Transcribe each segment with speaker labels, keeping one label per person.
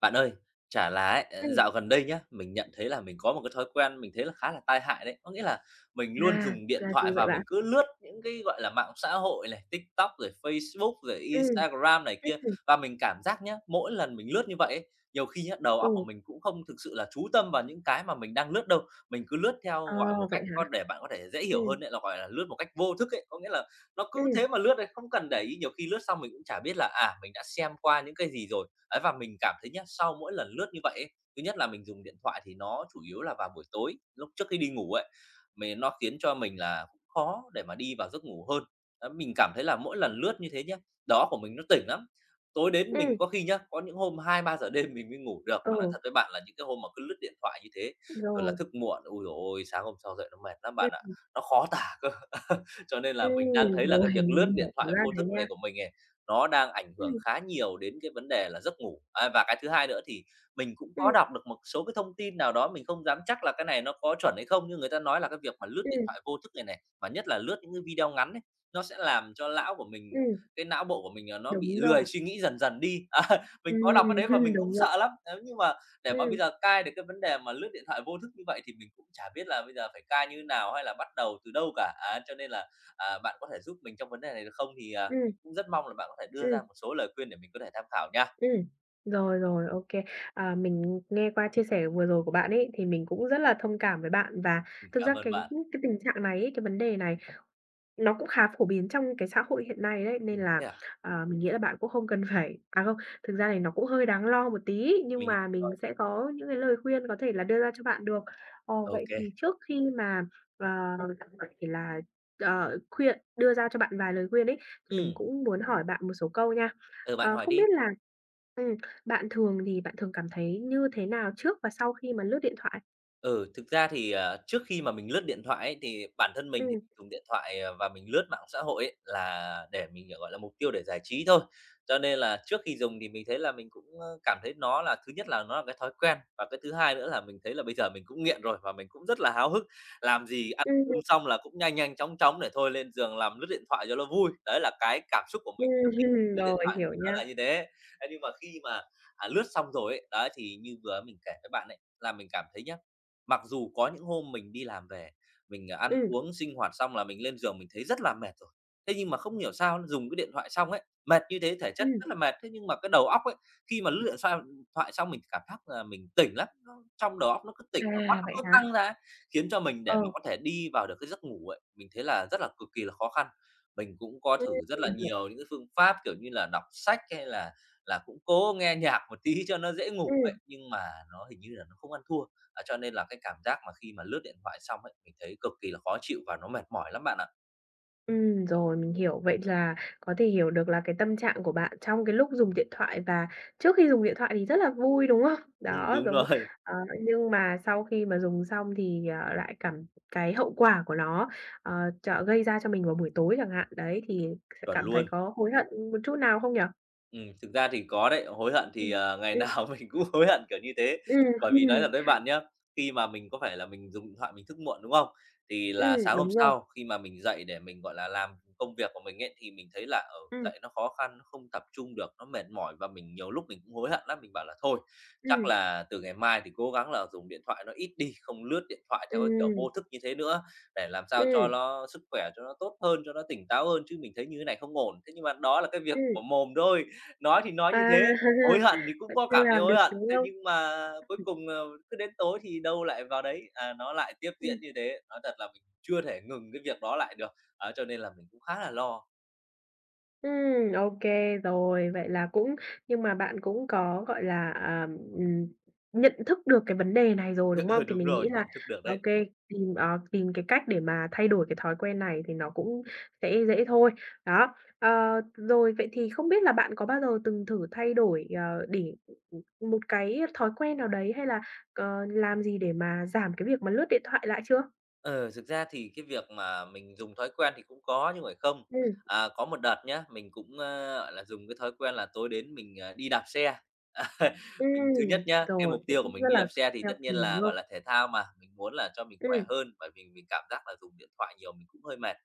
Speaker 1: Bạn ơi, chả là ấy,
Speaker 2: Ừm,
Speaker 1: dạo gần đây nhá, mình nhận thấy là mình có một cái thói quen mình thấy là khá là tai hại đấy. Có nghĩa là mình luôn
Speaker 2: à,
Speaker 1: dùng điện
Speaker 2: là gì
Speaker 1: thoại
Speaker 2: vậy
Speaker 1: và mình
Speaker 2: bạn?
Speaker 1: cứ lướt những cái, gọi là, mạng xã hội này, TikTok rồi Facebook rồi
Speaker 2: Ừm, ừm,
Speaker 1: Instagram này kia.
Speaker 2: ừm,
Speaker 1: Và mình cảm giác nhá, mỗi lần mình lướt như vậy ấy, nhiều khi á, đầu óc của
Speaker 2: ừ,
Speaker 1: mình cũng không thực sự là chú tâm vào những cái mà mình đang lướt đâu. Mình cứ lướt theo,
Speaker 2: ờ,
Speaker 1: gọi, một cách
Speaker 2: vậy
Speaker 1: có
Speaker 2: hả?
Speaker 1: để bạn có thể dễ hiểu
Speaker 2: Ừm,
Speaker 1: hơn ấy là, gọi là, lướt một cách vô thức ấy. Có nghĩa là nó cứ
Speaker 2: ừm,
Speaker 1: thế mà lướt đấy, không cần để ý, nhiều khi lướt xong mình cũng chả biết là, mình đã xem qua những cái gì rồi. Ấy, và mình cảm thấy nhá, sau mỗi lần lướt như vậy ấy, thứ nhất là mình dùng điện thoại thì nó chủ yếu là vào buổi tối, lúc trước khi đi ngủ ấy, mình nó khiến cho mình là cũng khó để mà đi vào giấc ngủ hơn. Đấy, mình cảm thấy là mỗi lần lướt như thế nhá, đó của mình nó tỉnh lắm. Tối đến
Speaker 2: ừm,
Speaker 1: mình có khi nhá, có những hôm 2, 3 giờ đêm mình mới ngủ được, mà nói
Speaker 2: ừ,
Speaker 1: thật với bạn là những cái hôm mà cứ lướt điện thoại như thế, rồi là
Speaker 2: rồi,
Speaker 1: thức muộn, ui giời ôi, sáng hôm sau dậy nó mệt lắm bạn ạ,
Speaker 2: ừm,
Speaker 1: nó khó tả cơ. Cho nên là mình đang thấy là cái
Speaker 2: rồi,
Speaker 1: việc lướt
Speaker 2: mình
Speaker 1: điện
Speaker 2: hiểu cảm
Speaker 1: thoại
Speaker 2: giác
Speaker 1: vô
Speaker 2: đấy
Speaker 1: thức
Speaker 2: nha.
Speaker 1: này của mình ấy, nó đang ảnh hưởng
Speaker 2: Ừm,
Speaker 1: khá nhiều đến cái vấn đề là giấc ngủ. À, và cái thứ hai nữa thì mình cũng có
Speaker 2: ừm,
Speaker 1: đọc được một số cái thông tin nào đó, mình không dám chắc là cái này nó có chuẩn hay không, nhưng người ta nói là cái việc mà lướt điện
Speaker 2: ừm,
Speaker 1: thoại vô thức này này, và nhất là lướt những cái video ngắn ấy, nó sẽ làm cho lão của mình
Speaker 2: ừm,
Speaker 1: cái não bộ của mình, nó bị
Speaker 2: đúng
Speaker 1: lười
Speaker 2: rồi,
Speaker 1: suy nghĩ dần dần đi. À, mình
Speaker 2: ừm,
Speaker 1: có đọc cái đấy và
Speaker 2: hưm,
Speaker 1: mình cũng
Speaker 2: đúng rồi,
Speaker 1: sợ lắm. Nếu như mà để mà
Speaker 2: ừm,
Speaker 1: bây giờ cai được cái vấn đề mà lướt điện thoại vô thức như vậy thì mình cũng chả biết là bây giờ phải cai như nào hay là bắt đầu từ đâu cả. Á, cho nên là bạn có thể giúp mình trong vấn đề này được không? Thì,
Speaker 2: ừm,
Speaker 1: mình cũng rất mong là bạn có thể đưa
Speaker 2: ừm.
Speaker 1: ra một số lời khuyên để mình có thể tham khảo nha.
Speaker 2: Ừm, rồi, rồi, ok. À, mình nghe qua chia sẻ vừa rồi của bạn ấy, thì mình cũng rất là thông cảm với bạn và
Speaker 1: Mình
Speaker 2: thực
Speaker 1: cảm
Speaker 2: ra
Speaker 1: ơn
Speaker 2: cái
Speaker 1: bạn.
Speaker 2: cái tình trạng này ấy, cái vấn đề này nó cũng khá phổ biến trong cái xã hội hiện nay đấy, nên là,
Speaker 1: Thế à?
Speaker 2: ờ, mình nghĩ là bạn cũng không cần phải à, không, thực ra này nó cũng hơi đáng lo một tí, nhưng
Speaker 1: Mình hiểu
Speaker 2: mà mình
Speaker 1: rồi.
Speaker 2: sẽ có những cái lời khuyên có thể là đưa ra cho bạn được. Ờ,
Speaker 1: Ô
Speaker 2: vậy
Speaker 1: kê.
Speaker 2: thì trước khi mà, ờ, thì là, ờ, khuyên đưa ra cho bạn vài lời khuyên ấy, thì mình
Speaker 1: Ừm,
Speaker 2: cũng muốn hỏi bạn một số câu nha.
Speaker 1: ừ, bạn
Speaker 2: Ờ,
Speaker 1: hỏi
Speaker 2: không
Speaker 1: đi.
Speaker 2: biết là ừm, bạn thường cảm thấy như thế nào trước và sau khi mà lướt điện thoại?
Speaker 1: Ừ, thực ra thì, trước khi mà mình lướt điện thoại ấy, thì bản thân mình thì
Speaker 2: Ừm,
Speaker 1: dùng điện thoại, và mình lướt mạng xã hội ấy là để mình, gọi là, mục tiêu để giải trí thôi. Cho nên là trước khi dùng thì mình thấy là mình cũng, cảm thấy nó là thứ nhất là nó là cái thói quen, và cái thứ hai nữa là mình thấy là bây giờ mình cũng nghiện rồi và mình cũng rất là háo hức, làm gì ăn
Speaker 2: ừm,
Speaker 1: cơm xong là cũng nhanh nhanh chóng chóng để thôi lên giường làm lướt điện thoại cho nó vui. Đấy là cái cảm xúc của mình
Speaker 2: ừm,
Speaker 1: trước khi lướt điện
Speaker 2: rồi,
Speaker 1: thoại
Speaker 2: hiểu
Speaker 1: thì nó
Speaker 2: nha.
Speaker 1: là như thế. Thế nhưng mà khi mà lướt xong rồi ấy, đấy, thì như vừa mình kể với bạn ấy, là mình cảm thấy nhá, mặc dù có những hôm mình đi làm về, mình ăn
Speaker 2: Ừm,
Speaker 1: uống sinh hoạt xong là mình lên giường mình thấy rất là mệt rồi. Thế nhưng mà không hiểu sao dùng cái điện thoại xong ấy, mệt như thế, thể chất
Speaker 2: ừm.
Speaker 1: rất là mệt, thế nhưng mà cái đầu óc ấy, khi mà lướt điện xoa thoại xong mình cảm giác là mình tỉnh lắm, nó trong đầu óc nó cứ tỉnh và mắt
Speaker 2: À,
Speaker 1: nó
Speaker 2: vậy
Speaker 1: cứ
Speaker 2: hả?
Speaker 1: căng ra ấy, khiến cho mình để
Speaker 2: Ờ,
Speaker 1: mà có thể đi vào được cái giấc ngủ ấy, mình thấy là rất là cực kỳ là khó khăn. Mình cũng có thử
Speaker 2: ừm,
Speaker 1: rất là nhiều những cái phương pháp, kiểu như là, đọc sách hay là cũng cố nghe nhạc một tí cho nó dễ ngủ vậy,
Speaker 2: ừm.
Speaker 1: nhưng mà nó hình như là nó không ăn thua. À, cho nên là cái cảm giác mà khi mà lướt điện thoại xong ấy, mình thấy cực kỳ là khó chịu và nó mệt mỏi lắm bạn ạ.
Speaker 2: Rồi, mình hiểu. Vậy là có thể hiểu được là cái tâm trạng của bạn trong cái lúc dùng điện thoại và trước khi dùng điện thoại thì rất là vui, đúng không? Đó,
Speaker 1: Đúng
Speaker 2: giống
Speaker 1: rồi.
Speaker 2: ờ, nhưng mà sau khi mà dùng xong thì, ờ, lại cảm cái hậu quả của nó, ờ, gây ra cho mình vào buổi tối chẳng hạn, đấy, thì sẽ
Speaker 1: Chuẩn
Speaker 2: cảm thấy
Speaker 1: luôn.
Speaker 2: có hối hận một chút nào không nhỉ?
Speaker 1: Thực ra thì có đấy, hối hận thì,
Speaker 2: Ừm.
Speaker 1: ngày
Speaker 2: Ừm,
Speaker 1: nào mình cũng hối hận kiểu như thế.
Speaker 2: ừm,
Speaker 1: Bởi vì nói thật
Speaker 2: ừm,
Speaker 1: với bạn nhá, khi mà mình có phải là mình dùng điện thoại mình thức muộn, đúng không? Thì là sáng hôm
Speaker 2: đúng rồi.
Speaker 1: sau khi mà mình dậy để mình, gọi là, làm công việc của mình ấy, thì mình thấy là,
Speaker 2: Ừm,
Speaker 1: dậy nó khó khăn, nó không tập trung được, nó mệt mỏi và mình nhiều lúc mình cũng hối hận lắm. Mình bảo là thôi, chắc
Speaker 2: ừm,
Speaker 1: là từ ngày mai thì cố gắng là dùng điện thoại nó ít đi, không lướt điện thoại theo cái kiểu
Speaker 2: ừm,
Speaker 1: vô thức như thế nữa, để làm sao cho
Speaker 2: ừm,
Speaker 1: nó sức khỏe cho nó tốt hơn, cho nó tỉnh táo hơn, chứ mình thấy như thế này không ổn. Thế nhưng mà đó là cái việc
Speaker 2: ừm.
Speaker 1: của mồm thôi, nói thì nói
Speaker 2: À,
Speaker 1: như thế, hối hận thì cũng
Speaker 2: vẫn
Speaker 1: có
Speaker 2: chưa
Speaker 1: cảm thấy
Speaker 2: làm được,
Speaker 1: hối hận,
Speaker 2: đúng
Speaker 1: thế
Speaker 2: không?
Speaker 1: nhưng mà cuối cùng, cứ đến tối thì đâu lại vào đấy, nó lại tiếp diễn
Speaker 2: Ừm.
Speaker 1: như thế. Nói thật là mình chưa thể ngừng cái việc đó lại được, á, cho nên là mình cũng khá là lo.
Speaker 2: Ok rồi. Vậy là cũng nhưng mà bạn cũng có, gọi là, à, ừm, nhận thức được cái vấn đề này rồi, đúng
Speaker 1: Ừ,
Speaker 2: không? Thì
Speaker 1: đúng
Speaker 2: mình nghĩ
Speaker 1: rồi,
Speaker 2: là
Speaker 1: nhận thức được
Speaker 2: à, ok
Speaker 1: đấy.
Speaker 2: tìm, ờ, tìm cái cách để mà thay đổi cái thói quen này thì nó cũng sẽ dễ thôi. Đó, ờ, rồi vậy thì không biết là bạn có bao giờ từng thử thay đổi, ờ, để một cái thói quen nào đấy hay là, ờ, làm gì để mà giảm cái việc mà lướt điện thoại lại chưa?
Speaker 1: Ờ, thực ra thì cái việc mà mình dùng thói quen thì cũng có nhưng phải không.
Speaker 2: Ừm,
Speaker 1: À, có một đợt nhá, mình cũng, gọi là, dùng cái thói quen là tối đến mình, đi đạp xe. Mình thứ
Speaker 2: ừm,
Speaker 1: nhất nhá, cái
Speaker 2: rồi,
Speaker 1: mục
Speaker 2: cũng
Speaker 1: tiêu của mình
Speaker 2: rất
Speaker 1: đi đạp
Speaker 2: là
Speaker 1: xe thì
Speaker 2: theo
Speaker 1: tất nhiên
Speaker 2: kìm, đúng
Speaker 1: là, gọi
Speaker 2: không?
Speaker 1: là, thể thao mà, mình muốn là cho mình
Speaker 2: Ừm,
Speaker 1: khỏe hơn, bởi vì mình cảm giác là dùng điện thoại nhiều mình cũng hơi mệt.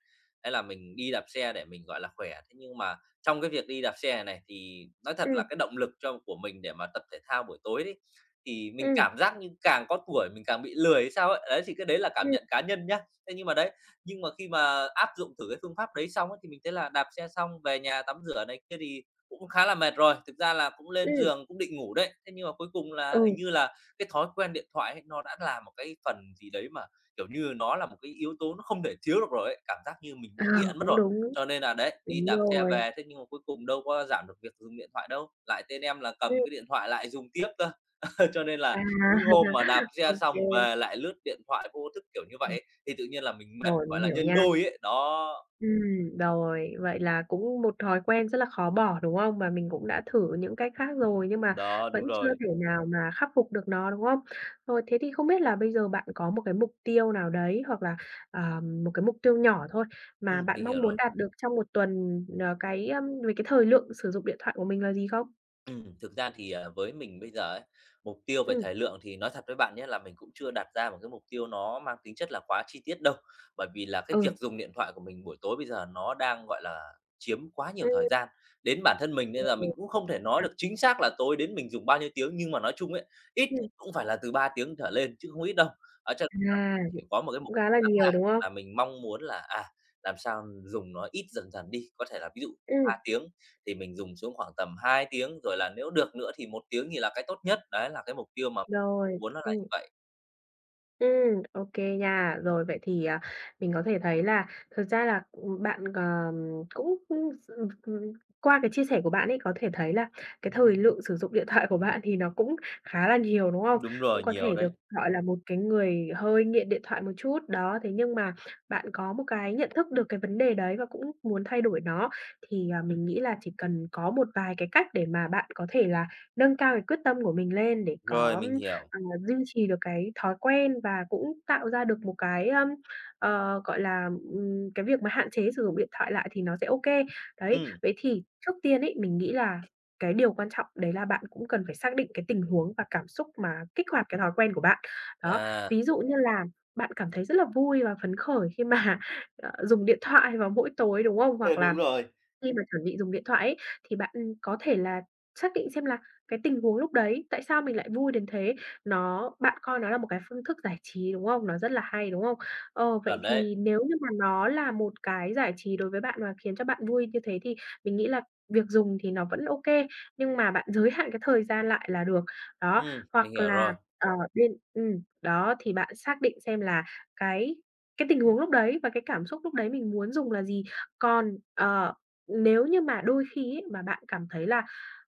Speaker 1: Thế là mình đi đạp xe để mình, gọi là, khỏe. Thế nhưng mà trong cái việc đi đạp xe này này thì nói thật
Speaker 2: ừm,
Speaker 1: là cái động lực cho của mình để mà tập thể thao buổi tối đấy, thì mình
Speaker 2: ừm.
Speaker 1: cảm giác như càng có tuổi mình càng bị lười hay sao ấy, đấy, thì cái đấy là cảm
Speaker 2: Ừm,
Speaker 1: nhận cá nhân nhá. Thế nhưng mà đấy, nhưng mà khi mà áp dụng thử cái phương pháp đấy xong ấy, thì mình thấy là đạp xe xong về nhà tắm rửa này kia thì cũng khá là mệt rồi, thực ra là cũng lên
Speaker 2: ừm,
Speaker 1: giường cũng định ngủ đấy. Thế nhưng mà cuối cùng là hình
Speaker 2: ừ,
Speaker 1: như là cái thói quen điện thoại ấy, nó đã là một cái phần gì đấy mà, kiểu như, nó là một cái yếu tố nó không thể thiếu được rồi ấy, cảm giác như mình
Speaker 2: ờ,
Speaker 1: bị nghiện mất
Speaker 2: cũng
Speaker 1: rồi.
Speaker 2: đúng,
Speaker 1: Cho nên là đấy, đi
Speaker 2: đúng
Speaker 1: đạp xe
Speaker 2: rồi.
Speaker 1: về thế nhưng mà cuối cùng đâu có giảm được việc dùng điện thoại đâu, lại tên em là cầm
Speaker 2: Ừm,
Speaker 1: cái điện thoại lại dùng tiếp cơ. Cho nên
Speaker 2: à,
Speaker 1: là những hôm mà đạp xe
Speaker 2: ô
Speaker 1: xong
Speaker 2: kê,
Speaker 1: về lại lướt điện thoại vô thức, kiểu như vậy
Speaker 2: ừm,
Speaker 1: ấy, thì tự nhiên là mình mệt,
Speaker 2: rồi, mình
Speaker 1: gọi là,
Speaker 2: hiểu
Speaker 1: nhân
Speaker 2: nha.
Speaker 1: đôi ấy. Đó,
Speaker 2: Rồi, vậy là cũng một thói quen rất là khó bỏ, đúng không? Mà mình cũng đã thử những cách khác rồi nhưng mà
Speaker 1: đó,
Speaker 2: vẫn
Speaker 1: đúng
Speaker 2: chưa
Speaker 1: rồi.
Speaker 2: thể nào mà khắc phục được nó, đúng không? Rồi, thế thì không biết là bây giờ bạn có một cái mục tiêu nào đấy hoặc là, ờ, một cái mục tiêu nhỏ thôi mà bạn
Speaker 1: Mình
Speaker 2: mong
Speaker 1: hiểu
Speaker 2: muốn
Speaker 1: rồi.
Speaker 2: đạt được trong một tuần, ờ, cái, về cái thời lượng sử dụng điện thoại của mình là gì không?
Speaker 1: Thực ra thì, với mình bây giờ ấy, mục tiêu về
Speaker 2: Ừm,
Speaker 1: thời lượng thì nói thật với bạn nhé là mình cũng chưa đặt ra một cái mục tiêu nó mang tính chất là quá chi tiết đâu. Bởi vì là cái
Speaker 2: ừ,
Speaker 1: việc dùng điện thoại của mình buổi tối bây giờ nó đang, gọi là, chiếm quá nhiều
Speaker 2: ừm,
Speaker 1: thời gian đến bản thân mình, nên là
Speaker 2: rồi,
Speaker 1: mình cũng không thể nói
Speaker 2: à,
Speaker 1: được chính xác là tối đến mình dùng bao nhiêu tiếng. Nhưng mà nói chung ấy, ít
Speaker 2: ừm.
Speaker 1: nhất cũng phải là từ 3 tiếng trở lên chứ không ít đâu. Ở cho nên là
Speaker 2: À,
Speaker 1: mình chỉ có một cái
Speaker 2: cũng
Speaker 1: mục
Speaker 2: khá
Speaker 1: tiêu
Speaker 2: là
Speaker 1: ngắn
Speaker 2: nhiều,
Speaker 1: hạn
Speaker 2: đúng không?
Speaker 1: là mình mong muốn là, làm sao dùng nó ít dần dần đi, có thể là ví dụ 3
Speaker 2: Ừm,
Speaker 1: tiếng thì mình dùng xuống khoảng tầm 2 tiếng, rồi là nếu được nữa thì 1 tiếng thì là cái tốt nhất, đấy là cái mục tiêu mà mong
Speaker 2: rồi,
Speaker 1: muốn nó là như vậy.
Speaker 2: ừm, ok nha. Rồi, vậy thì, à, mình có thể thấy là thực ra là, ừ, bạn, ờ, cũng, ừ, ừ, qua cái chia sẻ của bạn ấy, có thể thấy là cái thời lượng sử dụng điện thoại của bạn thì nó cũng khá là nhiều, đúng không?
Speaker 1: Đúng
Speaker 2: Cũng
Speaker 1: rồi,
Speaker 2: có
Speaker 1: nhiều
Speaker 2: thể được
Speaker 1: đấy.
Speaker 2: gọi là một cái người hơi nghiện điện thoại một chút, đó, thế nhưng mà bạn có một cái nhận thức được cái vấn đề đấy và cũng muốn thay đổi nó, thì, à, mình nghĩ là chỉ cần có một vài cái cách để mà bạn có thể là nâng cao cái quyết tâm của mình lên để
Speaker 1: Rồi,
Speaker 2: có
Speaker 1: mình hiểu.
Speaker 2: ờ, duy trì được cái thói quen và cũng tạo ra được một cái, ờ, gọi là, cái việc mà hạn chế sử dụng điện thoại lại thì nó sẽ ô kê. Đấy,
Speaker 1: Ừ.
Speaker 2: vậy thì trước tiên ấy, mình nghĩ là cái điều quan trọng đấy là bạn cũng cần phải xác định cái tình huống và cảm xúc mà kích hoạt cái thói quen của bạn. Đó,
Speaker 1: À.
Speaker 2: ví dụ như là bạn cảm thấy rất là vui và phấn khởi khi mà, ờ, dùng điện thoại vào mỗi tối, đúng không? Hoặc là
Speaker 1: Đúng rồi.
Speaker 2: khi mà chuẩn bị dùng điện thoại ấy, thì bạn, có thể là xác định xem là cái tình huống lúc đấy, tại sao mình lại vui đến thế? Nó bạn coi nó là một cái phương thức giải trí, đúng không? Nó rất là hay, đúng không? Ờ, vậy
Speaker 1: Chuẩn đấy.
Speaker 2: thì nếu như mà nó là một cái giải trí đối với bạn và khiến cho bạn vui như thế thì mình nghĩ là việc dùng thì nó vẫn ok nhưng mà bạn giới hạn cái thời gian lại là được. Đó,
Speaker 1: ừ mình
Speaker 2: hoặc
Speaker 1: hiểu
Speaker 2: là,
Speaker 1: rồi,
Speaker 2: ờ, bên đó, thì bạn xác định xem là cái cái tình huống lúc đấy và cái cảm xúc lúc đấy mình muốn dùng là gì. Còn, ờ nếu như mà đôi khi ấy mà bạn cảm thấy là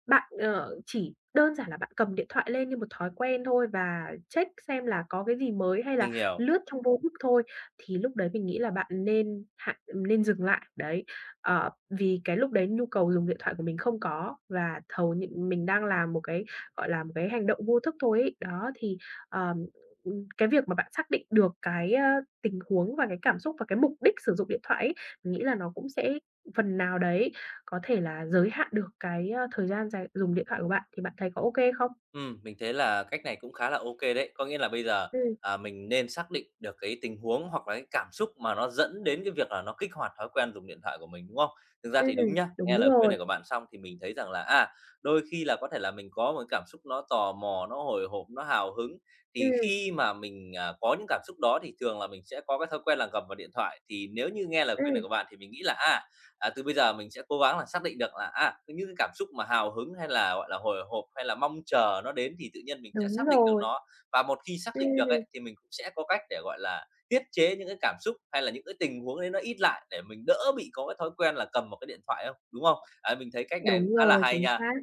Speaker 2: bạn, ờ, chỉ đơn giản là bạn cầm điện thoại lên như một thói quen thôi và check xem là có cái gì mới hay là
Speaker 1: mình hiểu.
Speaker 2: lướt trong vô thức thôi, thì lúc đấy mình nghĩ là bạn nên dừng lại, đấy. Ờ, vì cái lúc đấy nhu cầu dùng điện thoại của mình không có và thầu những mình đang làm một cái, gọi là, một cái hành động vô thức thôi ấy. Đó, thì, ờm, cái việc mà bạn xác định được cái, ơ, tình huống và cái cảm xúc và cái mục đích sử dụng điện thoại ấy, mình nghĩ là nó cũng sẽ phần nào đấy có thể là giới hạn được cái, a, thời gian dài dùng điện thoại của bạn thì bạn thấy có ô kê không?
Speaker 1: Mình thấy là cách này cũng khá là ok đấy. Có nghĩa là bây giờ,
Speaker 2: Ừm,
Speaker 1: mình nên xác định được cái tình huống hoặc là cái cảm xúc mà nó dẫn đến cái việc là nó kích hoạt thói quen dùng điện thoại của mình, đúng không? Thực ra thì
Speaker 2: ừm,
Speaker 1: đúng nhá, nghe
Speaker 2: đúng
Speaker 1: lời khuyên
Speaker 2: rồi,
Speaker 1: này của bạn xong thì mình thấy rằng là, đôi khi là có thể là mình có một cái cảm xúc nó tò mò, nó hồi hộp, nó hào hứng, thì
Speaker 2: ừm,
Speaker 1: khi mà mình, có những cảm xúc đó thì thường là mình sẽ có cái thói quen là cầm vào điện thoại. Thì nếu như nghe lời khuyên này
Speaker 2: ừm,
Speaker 1: của bạn thì mình nghĩ là, À, từ bây giờ mình sẽ cố gắng là xác định được là, những cái cảm xúc mà hào hứng hay là, gọi là, hồi hộp hay là mong chờ nó đến thì tự nhiên mình sẽ
Speaker 2: đúng
Speaker 1: xác định được
Speaker 2: rồi,
Speaker 1: nó. Và một khi xác định được
Speaker 2: ừm,
Speaker 1: ấy, thì mình cũng sẽ có cách để, gọi là, tiết chế những cái cảm xúc hay là những cái tình huống đấy nó ít lại để mình đỡ bị có cái thói quen là cầm một cái điện thoại không, đúng không? Đấy, mình thấy cách này cũng
Speaker 2: đúng
Speaker 1: khá là
Speaker 2: rồi,
Speaker 1: hay
Speaker 2: chính
Speaker 1: nha.
Speaker 2: xác.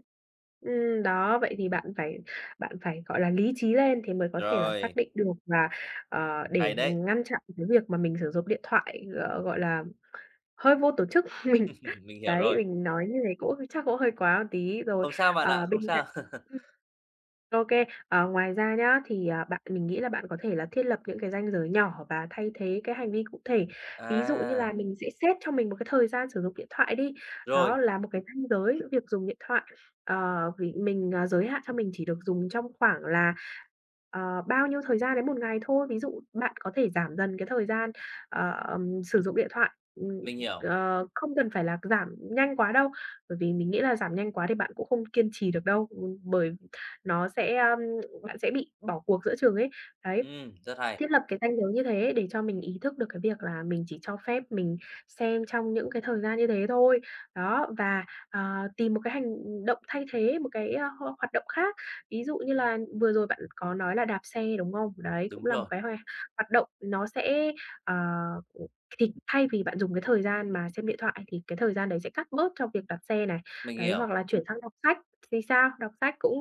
Speaker 2: Đó, vậy thì bạn phải, gọi là, lý trí lên thì mới có thể là xác
Speaker 1: Rồi,
Speaker 2: định được và, ờ,
Speaker 1: hay
Speaker 2: để
Speaker 1: đấy,
Speaker 2: ngăn chặn cái việc mà mình sử dụng điện thoại, ờ, gọi là, hơi vô tổ chức. Mình
Speaker 1: mình hiểu
Speaker 2: đấy,
Speaker 1: rồi.
Speaker 2: mình nói như thế cũng chắc cũng hơi quá một tí rồi.
Speaker 1: Không sao bạn ạ,
Speaker 2: Ờ, bên
Speaker 1: không
Speaker 2: cạnh
Speaker 1: sao.
Speaker 2: OK. Ờ, ngoài ra nhá, thì, à, bạn mình nghĩ là bạn có thể là thiết lập những cái ranh giới nhỏ và thay thế cái hành vi cụ thể. Ví dụ như
Speaker 1: À,
Speaker 2: là mình sẽ xét cho mình một cái thời gian sử dụng điện thoại đi, đó
Speaker 1: rồi,
Speaker 2: là một cái ranh giới giữa việc dùng điện thoại. Ờ, vì mình, à, giới hạn cho mình chỉ được dùng trong khoảng là, ờ, bao nhiêu thời gian đến một ngày thôi. Ví dụ bạn có thể giảm dần cái thời gian, ờ, sử dụng điện thoại, ừm,
Speaker 1: mình hiểu.
Speaker 2: ờ, không cần phải là giảm nhanh quá đâu, bởi vì mình nghĩ là giảm nhanh quá thì bạn cũng không kiên trì được đâu, bởi nó sẽ, a bạn sẽ bị bỏ cuộc giữa chừng ấy. Đấy,
Speaker 1: Rất hay,
Speaker 2: thiết lập cái ranh giới như thế để cho mình ý thức được cái việc là mình chỉ cho phép mình xem trong những cái thời gian như thế thôi. Đó, và, ờ, tìm một cái hành động thay thế, một cái, a, hoạt động khác. Ví dụ như là vừa rồi bạn có nói là đạp xe, đúng không? Đấy, cũng
Speaker 1: đúng
Speaker 2: là một
Speaker 1: rồi,
Speaker 2: cái hoạt động nó sẽ, ờ, ừm, thì thay vì bạn dùng cái thời gian mà xem điện thoại thì cái thời gian đấy sẽ cắt bớt cho việc đạp xe này.
Speaker 1: mình
Speaker 2: Đấy,
Speaker 1: hiểu.
Speaker 2: hoặc là chuyển sang đọc sách thì sao? Đọc sách cũng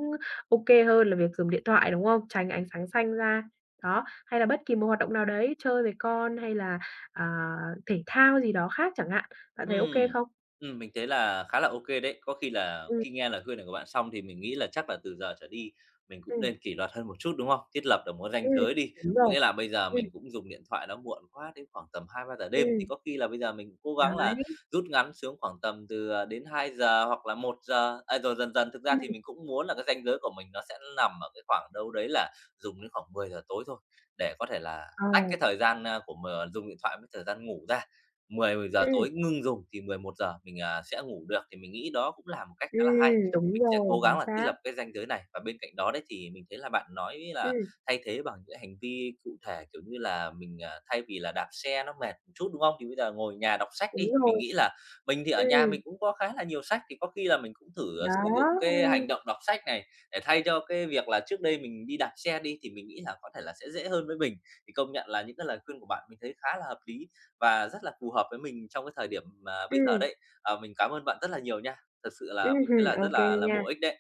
Speaker 2: ô kê hơn là việc dùng điện thoại, đúng không? Tránh ánh sáng xanh ra. Đó, hay là bất kỳ một hoạt động nào đấy, chơi với con hay là, à, thể thao gì đó khác chẳng hạn, bạn thấy ô kê
Speaker 1: Ừm,
Speaker 2: không?
Speaker 1: mình thấy là khá là ô kê đấy. Có khi là
Speaker 2: Ừm,
Speaker 1: khi nghe lời khuyên này của bạn xong thì mình nghĩ là chắc là từ giờ trở đi mình cũng
Speaker 2: ừm,
Speaker 1: nên kỷ luật hơn một chút, đúng không? Thiết lập được một ranh
Speaker 2: ừm,
Speaker 1: giới đi,
Speaker 2: đúng
Speaker 1: có
Speaker 2: rồi,
Speaker 1: nghĩa là bây giờ
Speaker 2: ừm,
Speaker 1: mình cũng dùng điện thoại nó muộn quá đến khoảng tầm 2 3 giờ đêm,
Speaker 2: ừm,
Speaker 1: thì có khi là bây giờ mình cố
Speaker 2: đấy,
Speaker 1: gắng là rút ngắn xuống khoảng tầm từ, đến 2 giờ hoặc là 1:00, rồi dần dần thực ra
Speaker 2: ừm,
Speaker 1: thì mình cũng muốn là cái ranh giới của mình nó sẽ nằm ở cái khoảng đâu đấy là dùng đến khoảng 10 giờ tối thôi, để có thể là
Speaker 2: ờ,
Speaker 1: tách cái thời gian, a, của m dùng điện thoại với thời gian ngủ ra 10 giờ
Speaker 2: ừm,
Speaker 1: tối ngưng dùng thì 11 giờ mình, sẽ ngủ được, thì mình nghĩ đó cũng là một cách khá là hay.
Speaker 2: đúng
Speaker 1: Mình sẽ
Speaker 2: rồi,
Speaker 1: cố
Speaker 2: chính
Speaker 1: gắng là thiết
Speaker 2: xác,
Speaker 1: lập cái ranh giới này và bên cạnh đó đấy thì mình thấy là bạn nói là
Speaker 2: ừm,
Speaker 1: thay thế bằng những hành vi cụ thể, kiểu như là, mình, thay vì là đạp xe nó mệt một chút, đúng không? Thì bây giờ ngồi nhà đọc sách
Speaker 2: đúng
Speaker 1: đi, mình
Speaker 2: rồi,
Speaker 1: nghĩ là mình thì ở nhà
Speaker 2: ừm,
Speaker 1: mình cũng có khá là nhiều sách, thì có khi là mình cũng thử,
Speaker 2: đó,
Speaker 1: sử dụng cái hành
Speaker 2: ừm,
Speaker 1: động đọc sách này để thay cho cái việc là trước đây mình đi đạp xe đi, thì mình nghĩ là có thể là sẽ dễ hơn với mình. Thì công nhận là những cái lời khuyên của bạn mình thấy khá là hợp lý và rất là phù hợp với mình trong cái thời điểm mà bây giờ
Speaker 2: ừm,
Speaker 1: đấy. Ờ, mình cảm ơn bạn rất là nhiều nha, thật sự là mình
Speaker 2: hừm,
Speaker 1: thấy là
Speaker 2: ô
Speaker 1: rất
Speaker 2: kê
Speaker 1: là
Speaker 2: nha.
Speaker 1: bổ ích đấy.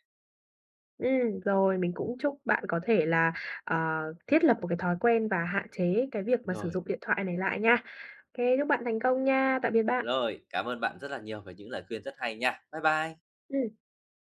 Speaker 2: Rồi mình cũng chúc bạn có thể là, ờ, thiết lập một cái thói quen và hạn chế cái việc mà sử
Speaker 1: Rồi.
Speaker 2: dụng điện thoại này lại nha. Ô kê, chúc bạn thành công nha, tạm biệt bạn.
Speaker 1: Rồi, cảm ơn bạn rất là nhiều về những lời khuyên rất hay nha. Bye bye.
Speaker 2: Ừm.